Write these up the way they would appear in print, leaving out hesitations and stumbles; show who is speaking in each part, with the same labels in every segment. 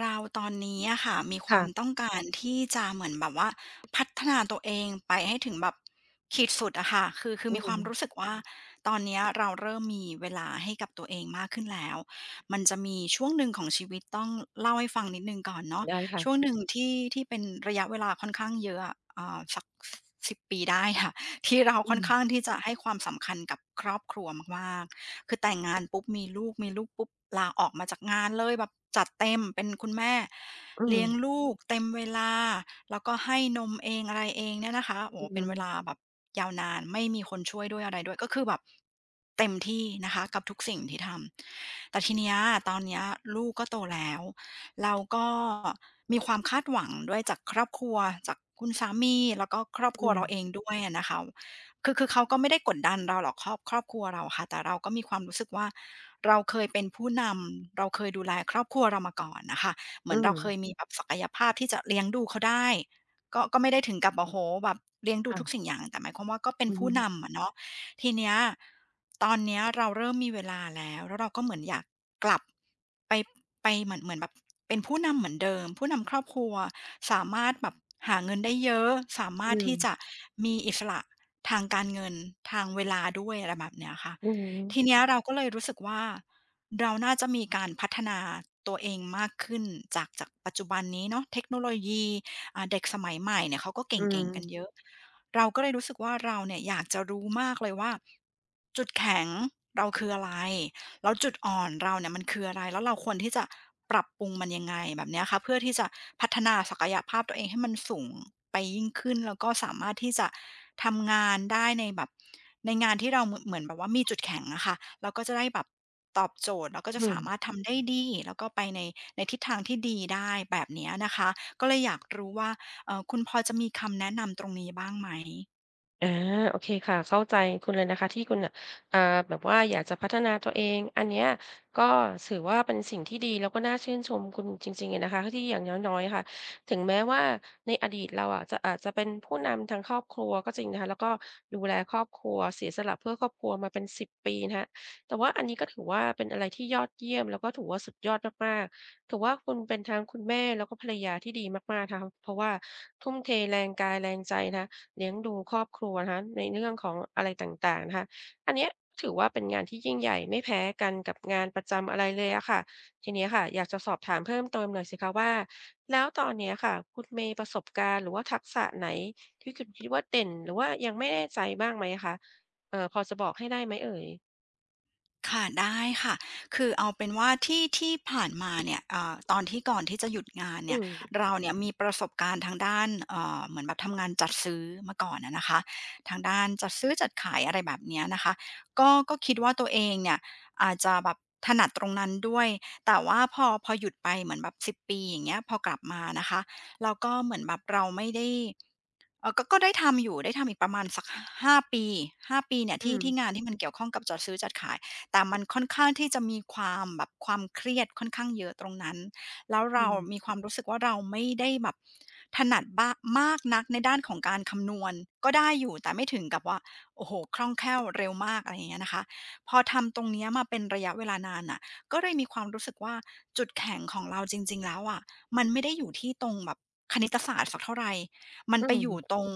Speaker 1: เราตอนนี้อะค่ะมีความ
Speaker 2: ค่ะ
Speaker 1: ต้องการที่จะเหมือนแบบว่าพัฒนาตัวเองไปให้ถึงแบบขีดสุดอะค่ะคือ
Speaker 2: อื
Speaker 1: มีค
Speaker 2: ม
Speaker 1: วามรู้สึกว่าตอนเนี้ยเราเริ่มมีเวลาให้กับตัวเองมากขึ้นแล้วมันจะมีช่วงหนึ่งของชีวิตต้องเล่าให้ฟังนิดหนึ่งก่อนเนาะ
Speaker 2: ได้
Speaker 1: ช่วง
Speaker 2: ค่ะ
Speaker 1: หนึ่งที่เป็นระยะเวลาค่อนข้างเยอะอะสักส10 ปีได้ค่ะที่เรา
Speaker 2: อื
Speaker 1: ค่อน
Speaker 2: ม
Speaker 1: ข้างที่จะให้ความสำคัญกับครอบครัวมากๆ คือแต่งงานปุ๊บมีลูกปุ๊บลาออกมาจากงานเลยแบบจัดเต็มเป็นคุณแม่
Speaker 2: อื
Speaker 1: เลี้ยง
Speaker 2: ม
Speaker 1: ลูกเต็มเวลาแล้วก็ให้นมเองอะไรเองเนี่ยนะคะโอ้
Speaker 2: อื
Speaker 1: โฮ
Speaker 2: อ
Speaker 1: เป็
Speaker 2: ฮึ
Speaker 1: นเวลาแบบยาวนานไม่มีคนช่วยด้วยอะไรด้วยก็คือแบบเต็มที่นะคะกับทุกสิ่งที่ทำแต่ทีเนี้ยตอนเนี้ยลูกก็โตแล้วเราก็มีความคาดหวังด้วยจากครอบครัวจากคุณสามีแล้วก็ครอบค
Speaker 2: อื
Speaker 1: รัว
Speaker 2: ม
Speaker 1: เราเองด้วยอะนะคะ คือเขาก็ไม่ได้กดดันเราหรอกครอบครัวเราอะค่ะแต่เราก็มีความรู้สึกว่าเราเคยเป็นผู้นำเราเคยดูแลครอบครัวเรามาก่อนน่ะค่ะเห
Speaker 2: อื
Speaker 1: มือน
Speaker 2: ม
Speaker 1: เราเคยมีแบบศักยภาพที่จะเลี้ยงดูเขาได้ก็ไม่ได้ถึงกับโอ้โฮแบบเลี้ยงดูทุก
Speaker 2: ค่ะ
Speaker 1: สิ่งอย่างแต่หมายความว่าก็เป็น
Speaker 2: อือฮึ
Speaker 1: ผู้นำอะเนาะทีเนี้ยตอนเนี้ยเราเริ่มมีเวลาแล้วแล้วเราก็เหมือนอยาก กลับไปไปเหมือนแบบเป็นผู้นำเหมือนเดิมผู้นำครอบครัวสามารถแบบหาเงินได้เยอะสา
Speaker 2: อื
Speaker 1: มารถ
Speaker 2: ม
Speaker 1: ที่จะมีอิสระทางการเงินทางเวลาด้วยอะไรแบบเนี้ยค่ะ
Speaker 2: อือฮึ
Speaker 1: ทีเนี้ยเราก็เลยรู้สึกว่าเราน่าจะมีการพัฒนาตัวเองมากขึ้นจากปัจจุบันนี้เนาะเทคโนโลยีเด็กสมัยใหม่เนี่ยเขาก็เก
Speaker 2: อื
Speaker 1: ่งๆกันเย
Speaker 2: ม
Speaker 1: อะเราก็เลยรู้สึกว่าเราเนี่ยอยากจะรู้มากเลยว่าจุดแข็งเราคืออะไร แล้วจุดอ่อนเราเนี่ยมันคืออะไรแล้วเราควรที่จะปรับปรุงมันยังไงแบบเนี้ยค่ะเพื่อที่จะพัฒนาศักยภาพตัวเองให้มันสูงไปยิ่งขึ้นแล้วก็สามารถที่จะทำงานได้ในแบบในงานที่เราเหมือนแบบว่ามีจุดแข็งอะค่ะเราก็จะได้แบบตอบโจทย์เราก็
Speaker 2: อื
Speaker 1: จะสามาร
Speaker 2: ม
Speaker 1: ถทำได้ดีแล้วก็ไปในในทิศทางที่ดีได้แบบเนี้ยนะคะก็เลยอยากรู้ว่าคุณพอจะมีคำแนะนำตรงนี้บ้างไหม
Speaker 2: อาโอเคค่ะเข้าใจคุณเลยนะคะที่คุณน่ะอ่าแบบว่าอยากจะพัฒนาตัวเองอันเนี้ยก็ถือว่าเป็นสิ่งที่ดีแล้วก็น่าชื่นชมคุณจริงๆอะนะคะที่อย่างน้อยๆค่ะถึงแม้ว่าในอดีตเราอะจะอาจจะเป็นผู้นำทางครอบครัวก็จริงนะคะแล้วก็ดูแลครอบครัวเสียสละเพื่อครอบครัวมาเป็น10ปีนะคะแต่ว่าอันนี้ก็ถือว่าเป็นอะไรที่ยอดเยี่ยมแล้วก็ถือว่าสุดยอดมากๆถือว่าคุณเป็นทั้งคุณแม่แล้วก็ภรรยาที่ดีมากๆนะคะเพราะว่าทุ่มเทแรงกายแรงใจนะคะ เลี้ยงดูครอบครัวนะคะในเรื่องของอะไรต่างๆนะคะอันเนี้ยถือว่าเป็นงานที่ยิ่งใหญ่ไม่แพ้กันกับงานประจำอะไรเลยอะค่ะทีนี้ค่ะอยากจะสอบถามเพิ่มเติมหน่อยสิคะว่าแล้วตอนเนี้ยค่ะคุณมีประสบการณ์หรือว่าทักษะไหนที่คุณคิดว่าเด่นหรือว่ายังไม่แน่ใจบ้างไหมอะคะพอจะบอกให้ได้ไหมเอ่ย
Speaker 1: ค่ะได้ค่ะคือเอาเป็นว่าที่ผ่านมาเนี่ยเอ่าตอนที่ก่อนที่จะหยุดงาน
Speaker 2: อื
Speaker 1: เนี่ย
Speaker 2: ม
Speaker 1: เราเนี่ยมีประสบการณ์ทางด้านเหมือนแบบทำงานจัดซื้อมาก่อนอะนะคะทางด้านจัดซื้อจัดขายอะไรแบบเนี้ยนะคะก็คิดว่าตัวเองเนี่ยอาจจะแบบถนัดตรงนั้นด้วยแต่ว่าพอหยุดไปเหมือนแบบ10ปีอย่างเงี้ยพอกลับมานะคะแล้วก็เหมือนแบบเราไม่ได้ก็ได้ทำอยู่ได้ทำอีกประมาณสักห้าปีห้าปีเนี่ย
Speaker 2: อื
Speaker 1: ที่
Speaker 2: ม
Speaker 1: ที่งานที่มันเกี่ยวข้องกับจัดซื้อจัดขาย แต่มันค่อนข้างที่จะมีความแบบความเครียดค่อนข้างเยอะตรงนั้น แล้ว
Speaker 2: อื
Speaker 1: เรา
Speaker 2: ม
Speaker 1: มีความรู้สึกว่าเราไม่ได้แบบถนัดบ้ามากนักในด้านของการคำนวณก็ได้อยู่แต่ไม่ถึงกับว่าโอ้โฮคล่องแคล่วเร็วมากอะไรอย่างเงี้ยนะคะพอทำตรงเนี้ยมาเป็นระยะเวลานานน่ะก็เลยมีความรู้สึกว่าจุดแข็งของเราจริงๆแล้วอะมันไม่ได้อยู่ที่ตรงแบบคณิตศาสตร์สักเท่าไรมัน
Speaker 2: อื
Speaker 1: ไปอยู่
Speaker 2: ม
Speaker 1: ตรง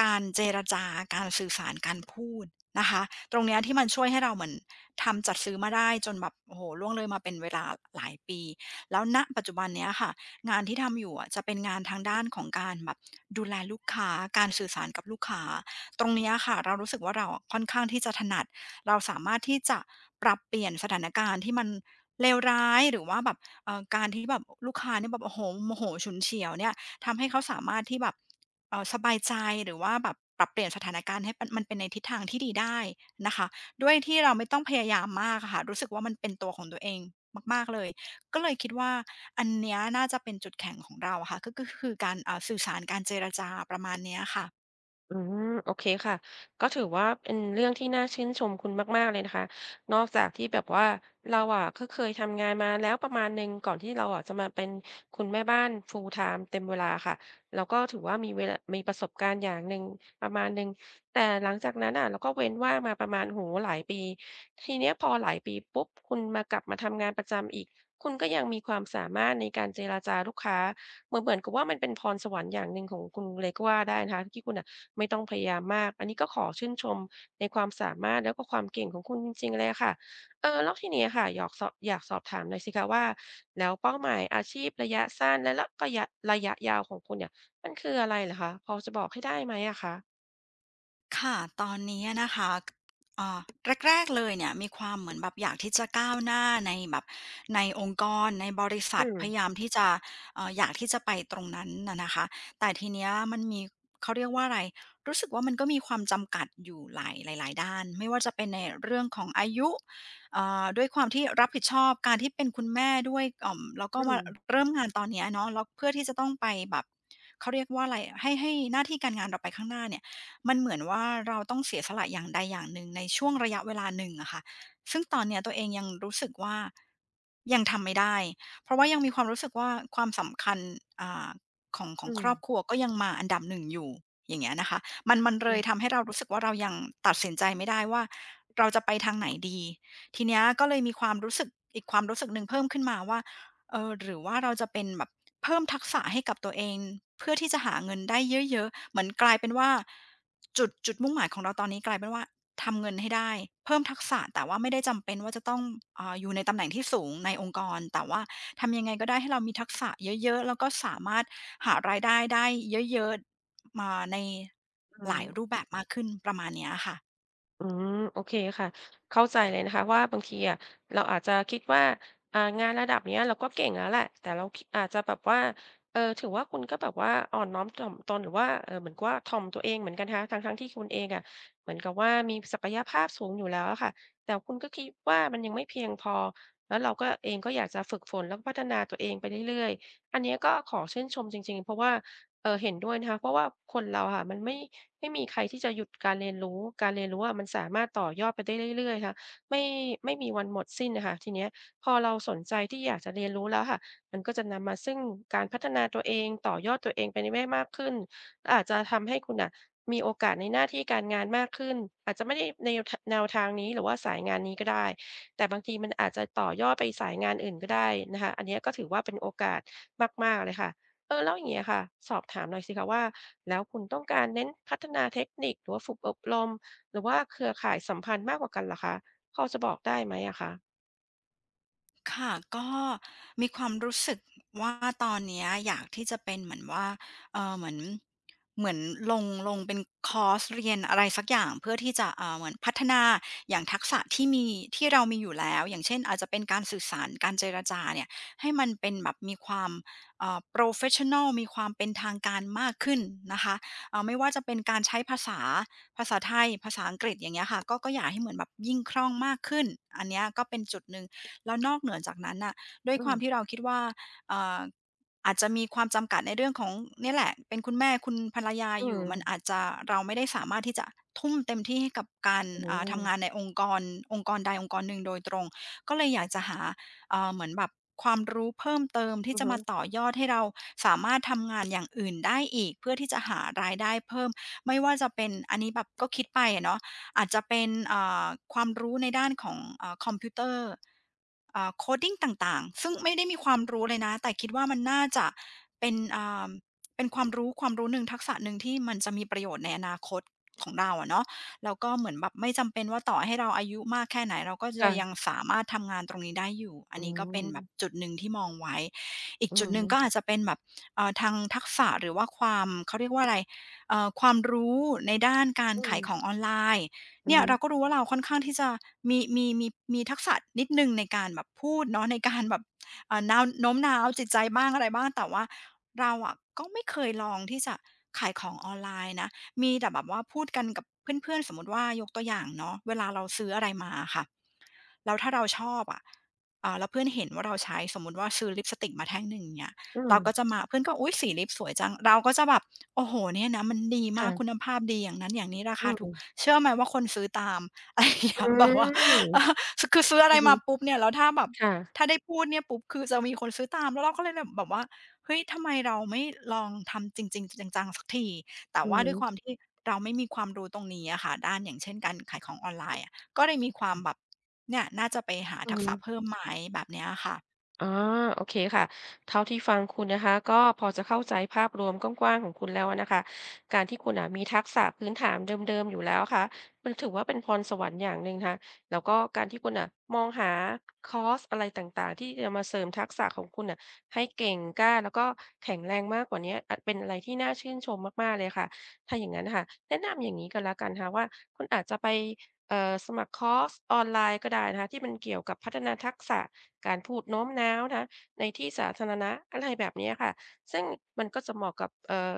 Speaker 1: การเจรจาการสื่อสารการพูดนะคะตรงเนี้ยที่มันช่วยให้เราเหมือน ทำจัดซื้อมาได้จนแบบโอ้โหล่วงเลยมาเป็นเวลาหลายปีแล้วณปัจจุบันเนี้ยค่ะงานที่ทำอยู่อะจะเป็นงานทางด้านของการแบบดูแลลูกค้าการสื่อสารกับลูกค้าตรงเนี้ยค่ะเรารู้สึกว่าเราอะค่อนข้างที่จะถนัดเราสามารถที่จะปรับเปลี่ยนสถานการณ์ที่มันเลวร้ายหรือว่าแบบการที่แบบลูกค้าเนี่ยแบบโอ้โฮโมโหฉุนเฉียวเนี่ยทำให้เขาสามารถที่แบบสบายใจหรือว่าแบบปรับเปลี่ยนสถานการณ์ให้มันเป็นในทิศทางที่ดีได้นะคะ ด้วยที่เราไม่ต้องพยายามมากอะค่ะรู้สึกว่ามันเป็นตัวของตัวเองมากๆเลยก็เลยคิดว่าอันเนี้ยน่าจะเป็นจุดแข็งของเราอะค่ะก็คือการสื่อสารการเจรจาประมาณเนี้ยค่ะ
Speaker 2: อืมโอเคค่ะก็ถือว่าเป็นเรื่องที่น่าชื่นชมคุณมากๆเลยนะคะนอกจากที่แบบว่าเราอะก็เคยทำงานมาแล้วประมาณหนึ่งก่อนที่เราอะจะมาเป็นคุณแม่บ้าน Full time เต็มเวลาค่ะเราก็ถือว่ามีเวลามีประสบการณ์อย่างหนึ่งประมาณหนึ่งแต่หลังจากนั้นน่ะเราก็เว้นว่างมาประมาณโอ้โฮหลายปีทีเนี้ยพอหลายปีปุ๊บคุณมากลับมาทำงานประจำอีกคุณก็ยังมีความสามารถในการเจรจาลูกค้าเหมือนเหมือนกับว่ามันเป็นพรสวรรค์อย่างหนึ่งของคุณเลยก็ว่าได้นะคะที่คุณอ่ะ ไม่ต้องพยายามมาก อันนี้ก็ขอชื่นชมในความสามารถแล้วก็ความเก่งของคุณจริงๆเลยอะค่ะ เออแล้วทีนี้ค่ะหยอกสอบอยากสอบถามหน่อยสิคะว่าแล้วเป้าหมายอาชีพระยะสั้นและและระยะระยะยาวของคุณเนี่ยมันคืออะไรเหรอคะ พอจะบอกให้ได้ไหมอะคะ
Speaker 1: ค่ะ ตอนนี้นะคะเอ่าแรกๆเลยเนี่ยมีความเหมือนแบบอยากที่จะก้าวหน้าในแบบในองค์กรในบริษั
Speaker 2: อื
Speaker 1: ท
Speaker 2: ม
Speaker 1: พยายามที่จะอยากที่จะไปตรงนั้นนะคะแต่ทีเนี้ยมันมีเขาเรียกว่าอะไรรู้สึกว่ามันก็มีความจำกัดอยู่หลายๆด้าน ไม่ว่าจะเป็นในเรื่องของอายุด้วยความที่รับผิดชอบการที่เป็นคุณแม่ด้วยอ่อมแล้วก็
Speaker 2: อื
Speaker 1: มา
Speaker 2: ม
Speaker 1: เริ่มงานตอนเนี้ยเนาะแล้วเพื่อที่จะต้องไปแบบเขาเรียกว่าอะไรให้หน้าที่การงานเราไปข้างหน้าเนี่ย มันเหมือนว่าเราต้องเสียสละอย่างใดอย่างหนึ่งในช่วงระยะเวลาหนึ่งอะค่ะซึ่งตอนเนี้ยตัวเองยังรู้สึกว่ายังทำไม่ได้ เพราะว่ายังมีความรู้สึกว่าความสำคัญอ่าของขอ
Speaker 2: อื
Speaker 1: ง
Speaker 2: ม
Speaker 1: ครอบครัวก็ยังมาอันดับหนึ่งอยู่อย่างเงี้ยนะคะมัน
Speaker 2: อื
Speaker 1: เลย
Speaker 2: อ
Speaker 1: ทำให้เรารู้สึกว่าเรายังตัดสินใจไม่ได้ว่าเราจะไปทางไหนดี ทีเนี้ยก็เลยมีความรู้สึกอีกความรู้สึกหนึ่งเพิ่มขึ้นมาว่า เออหรือว่าเราจะเป็นแบบเพิ่มทักษะให้กับตัวเองเพื่อที่จะหาเงินได้เยอะๆเหมือนกลายเป็นว่าจุดมุ่งหมายของเราตอนนี้กลายเป็นว่าทำเงินให้ได้เพิ่มทักษะแต่ว่าไม่ได้จำเป็นว่าจะต้องอยู่ในตำแหน่งที่สูงในองค์กรแต่ว่าทำยังไงก็ได้ให้เรามีทักษะเยอะๆแล้วก็สามารถหารายได้ได้เยอะๆมาใน
Speaker 2: อื
Speaker 1: หลาย
Speaker 2: ม
Speaker 1: รูปแบบมากขึ้นประมาณเนี้ยค่ะ
Speaker 2: อืมโอเคค่ะเข้าใจเลยนะคะว่าบางทีอะเราอาจจะคิดว่างานระดับเนี้ยเราก็เก่งแล้วแหละแต่เราคดอาจจะแบบว่าเออถือว่าคุณก็แบบว่าอ่อนน้อมถ่อมตนหรือว่าเออเหมือนกับว่าถ่อมตัวเองเหมือนกันนะคะทั้งทงที่คุณเองอะเหมือนกับว่ามีศักยภาพสูงอยู่แล้วอะค่ะแต่คุณก็คิดว่ามันยังไม่เพียงพอแล้วเราก็เองก็อยากจะฝึกฝนแล้วก็พัฒนาตัวเองไปเรื่อยๆอันเนี้ยก็ขอชื่นชมจริงๆเพราะว่าเออเห็นด้วยนะคะเพราะว่าคนเราค่ะมันไม่ ไม่มีใครที่จะหยุดการเรียนรู้การเรียนรู้อะมันสามารถต่อยอดไปได้เรื่อยๆค่ะไม่ไม่มีวันหมดสิ้นน่ะค่ะทีเนี้ยพอเราสนใจที่อยากจะเรียนรู้แล้วค่ะมันก็จะนำมาซึ่งการพัฒนาตัวเองต่อยอดตัวเองไปในได้มากขึ้นอาจจะทำให้คุณน่ะมีโอกาสในหน้าที่การงานมากขึ้น อาจจะไม่ได้แนวทแนวทางนี้หรือว่าสายงานนี้ก็ได้ แต่บางทีมันอาจจะต่อยอดไปสายงานอื่นก็ได้นะคะอันเนี้ยก็ถือว่าเป็นโอกาสมากๆเลยค่ะ เออแล้วอย่างเงี้ยค่ะสอบถามหน่อยสิคะว่าแล้วคุณต้องการเน้นพัฒนาเทคนิคหรือว่าฝึกอบรมหรือว่าเครือข่ายสัมพันธ์มากกว่ากันเหรอคะพอจะบอกได้ไหมอะคะ
Speaker 1: ค่ะก็มีความรู้สึกว่าตอนเนี้ยอยากที่จะเป็นเหมือนว่าเอ่อเหมือนเหมือนลงเป็นคอร์สเรียนอะไรสักอย่างเพื่อที่จะเอ่าเหมือนพัฒนาอย่างทักษะที่มีที่เรามีอยู่แล้วอย่างเช่นอาจจะเป็นการสื่อสารการเจรจาเนี่ยให้มันเป็นแบบมีความโพรเฟสชันนัลมีความเป็นทางการมากขึ้นนะคะไม่ว่าจะเป็นการใช้ภาษาภาษาไทยภาษาอังกฤษอย่างเงี้ยค่ะก็อยากให้เหมือนแบบยิ่งคล่องมากขึ้นอันเนี้ยก็เป็นจุดหนึ่ง แล้วนอกเหนือจากนั้นน่ะด้วย
Speaker 2: อื
Speaker 1: ค
Speaker 2: ม
Speaker 1: วามที่เราคิดว่าเอ่าอาจจะมีความจำกัดในเรื่องของเนี่ยแหละเป็นคุณแม่คุณภรรยา
Speaker 2: อื
Speaker 1: อยู่
Speaker 2: ม
Speaker 1: มันอาจจะเราไม่ได้สามารถที่จะทุ่มเต็มที่ให้กับการ
Speaker 2: อื
Speaker 1: ทำงานใน
Speaker 2: ม
Speaker 1: องค์กรองค์กรใดองค์กรหนึ่งโดยตรงก็เลยอยากจะหาเหมือนแบบความรู้เพิ่มเติม
Speaker 2: อื
Speaker 1: ที่
Speaker 2: อ
Speaker 1: จะ
Speaker 2: ฮึ
Speaker 1: มาต่อยอดให้เราสามารถทำงานอย่างอื่นได้อีกเพื่อที่จะหารายได้เพิ่มไม่ว่าจะเป็นอันนี้แบบก็คิดไปอะเนาะ อาจจะเป็นความรู้ในด้านของคอมพิวเตอร์โคด coding ต่างๆซึ่งไม่ได้มีความรู้เลยนะแต่คิดว่ามันน่าจะเป็นเป็นความรู้หนึ่งทักษะหนึ่งที่มันจะมีประโยชน์ในอนาคตของเราอะเนาะแล้วก็เหมือนแบบไม่จำเป็นว่าต่อให้เราอายุมากแค่ไหนเราก็จะยัง
Speaker 2: ค่ะ
Speaker 1: สามารถทำงานตรงนี้ได้อยู่อั
Speaker 2: อื
Speaker 1: นนี้ก็เป็น
Speaker 2: ม
Speaker 1: แบบจุดหนึ่งที่มองไว้อีก
Speaker 2: อื
Speaker 1: จุ
Speaker 2: อ
Speaker 1: ดหนึ่
Speaker 2: ฮึ
Speaker 1: งก็อาจจะเป็นแบบทางทักษะหรือว่าความเขาเรียกว่าอะไรความรู้ในด้านการ
Speaker 2: อืม
Speaker 1: ขายของออนไลน์
Speaker 2: อือ
Speaker 1: เนี่ย
Speaker 2: ฮึ
Speaker 1: เราก็รู้ว่าเราค่อนข้างที่จะมีมีมีมีทักษะนิดหนึ่งในการแบบพูดเนาะในการแบบเอ่าน้าวโน้มน้าวจิตใจบ้างอะไรบ้างแต่ว่าเราอะก็ไม่เคยลองที่จะขายของออนไลน์นะมีแต่แบบว่าพูดกันกับเพื่อนๆสมมติว่ายกตัวอย่างเนาะเวลาเราซื้ออะไรมาค่ะ แล้วถ้าเราชอบอะแล้วเพื่อนเห็นว่าเราใช้สมมุติว่าซื้อลิปสติกมาแท่งหนึ่งอย่างเงี้ย
Speaker 2: อืม
Speaker 1: เราก็จะมาเพื่อนก็อุ๊ยสีลิปสวยจังเราก็จะแบบโอ้โฮเนี่ยนะมันดีมากคุ
Speaker 2: ค่ะ
Speaker 1: ณภาพดีอย่างนั้นอย่างนี้รา
Speaker 2: อื
Speaker 1: คา
Speaker 2: ม
Speaker 1: ถูกเชื่อไหมว่าคนซื้อตาม อะไรอย่าง
Speaker 2: อื
Speaker 1: เงี้ยแบบว่า
Speaker 2: ม
Speaker 1: เออคือซื้ออะ
Speaker 2: อื
Speaker 1: ไร
Speaker 2: อฮึ
Speaker 1: มาปุ๊บเนี่ยแล้วถ้าแบบ
Speaker 2: ค่ะ
Speaker 1: ถ้าได้พูดเนี่ยปุ๊บคือจะมีคนซื้อตามแล้วเราก็เลยแบบว่าเฮ้ยทำไมเราไม่ลองทำจริงๆจังๆสักทีแต่
Speaker 2: อือ
Speaker 1: ว่า
Speaker 2: ฮึ
Speaker 1: ด้วยความที่เราไม่มีความรู้ตรงนี้อะค่ะด้านอย่างเช่นการขายของออนไลน์อะ ก็เลยมีความแบบเนี่ยน่าจะไปหา
Speaker 2: อือ
Speaker 1: ทัก
Speaker 2: ฮึ
Speaker 1: ษะเพิ่มไหมแบบเนี้ยค่ะ
Speaker 2: อ๋อโอเคค่ะเท่าที่ฟังคุณนะคะก็พอจะเข้าใจภาพรวมกว้างๆของคุณแล้วนะคะการที่คุณอ่ะมีทักษะพื้นฐานเดิมๆอยู่แล้วค่ะมันถือว่าเป็นพรสวรรค์อย่างหนึ่งนะคะแล้วก็การที่คุณอ่ะมองหาคอร์สอะไรต่างๆที่จะมาเสริมทักษะของคุณอ่ะให้เก่งกล้าแล้วก็แข็งแรงมากกว่านี้อ่ะเป็นอะไรที่น่าชื่นชมมากๆเลยค่ะถ้าอย่างนั้นนะค่ะแนะนำอย่างนี้กันละกันค่ะว่าคุณอาจจะไป สมัครคอร์สออนไลน์ก็ได้นะคะที่มันเกี่ยวกับพัฒนาทักษะการพูดโน้มน้าวนะคะในที่สาธารณะอะไรแบบเนี้ยค่ะซึ่งมันก็จะเหมาะกับ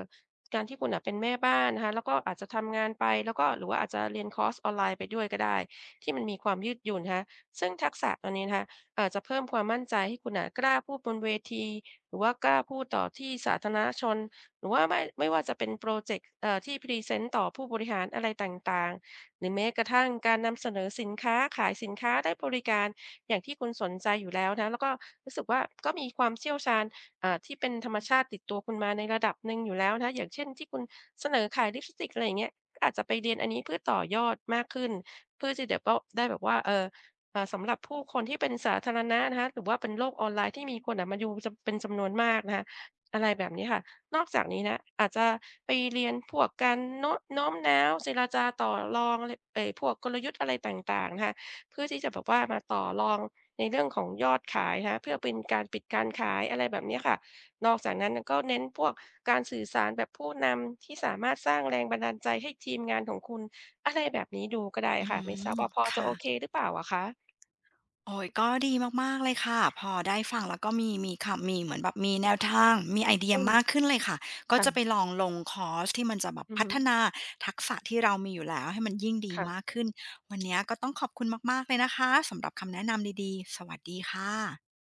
Speaker 2: การที่คุณน่ะเป็นแม่บ้านนะคะแล้วก็อาจจะทำงานไปแล้วก็หรือว่าอาจจะเรียนคอร์สออนไลน์ไปด้วยก็ได้ที่มันมีความยืดหยุ่นนะคะซึ่งทักษะตัวนี้นะคะจะเพิ่มความมั่นใจให้คุณน่ะกล้าพูดบนเวทีหรือว่ากล้าพูดต่อที่สาธารณชนหรือว่าไม่ว่าจะเป็นพรอเจกต์ที่พรีเซนต์ต่อผู้บริหารอะไรต่างๆ หรือแม้กระทั่งการนำเสนอสินค้าขายสินค้าได้บริการอย่างที่คุณสนใจอยู่แล้วนะแล้วก็รู้สึกว่าก็มีความเชี่ยวชาญที่เป็นธรรมชาติติดตัวคุณมาในระดับหนึ่งอยู่แล้วนะอย่างเช่นที่คุณเสนอขายลิปสติกอะไรอย่างเงี้ยก็อาจจะไปเรียนอันนี้เพื่อต่อยอดมากขึ้นเพื่อที่เดี๋ยวก็ได้แบบว่าเออสำหรับผู้คนที่เป็นสาธารณะนะคะหรือว่าเป็นโลกออนไลน์ที่มีคนอ่ะมาดูจะเป็นจำนวนมากนะคะอะไรแบบนี้ค่ะ นอกจากนี้นะอาจจะไปเรียนพวกการโน้มน้าวเจรจาต่อรองอะไรเออพวกกลยุทธ์อะไรต่างๆนะคะเพื่อที่จะแบบว่ามาต่อรองในเรื่องของยอดขายนะคะเพื่อเป็นการปิดการขายอะไรแบบเนี้ยค่ะนอกจากนั้นน่ะก็เน้นพวกการสื่อสารแบบผู้นำที่สามารถสร้างแรงบันดาลใจให้ทีมงานของคุณอะไรแบบนี้ดูก็ได้
Speaker 1: อื
Speaker 2: ค่ะไม่ทราบ
Speaker 1: ม
Speaker 2: ว่าพอจะโอ
Speaker 1: ค่ะ
Speaker 2: เคหรือเปล่าอะคะ
Speaker 1: โอ้โฮก็ดีมากๆเลยค่ะ พอได้ฟังแล้วก็มีคำมีเหมือนแบบมีแนวทาง มีไอเดีย
Speaker 2: อื
Speaker 1: มาก
Speaker 2: ม
Speaker 1: ขึ้นเลยค่ะ ก็จะไป
Speaker 2: ค่ะ
Speaker 1: ลองลงคอร์สที่มันจะแบบ
Speaker 2: อือ
Speaker 1: พั
Speaker 2: ฮึ
Speaker 1: ฒนาทักษะที่เรามีอยู่แล้วให้มันยิ่งดีมาก
Speaker 2: ค่ะ
Speaker 1: ขึ้น วันเนี้ยก็ต้องขอบคุณมากๆเลยนะคะสำหรับคำแนะนำดีๆ สวัสดีค่ะ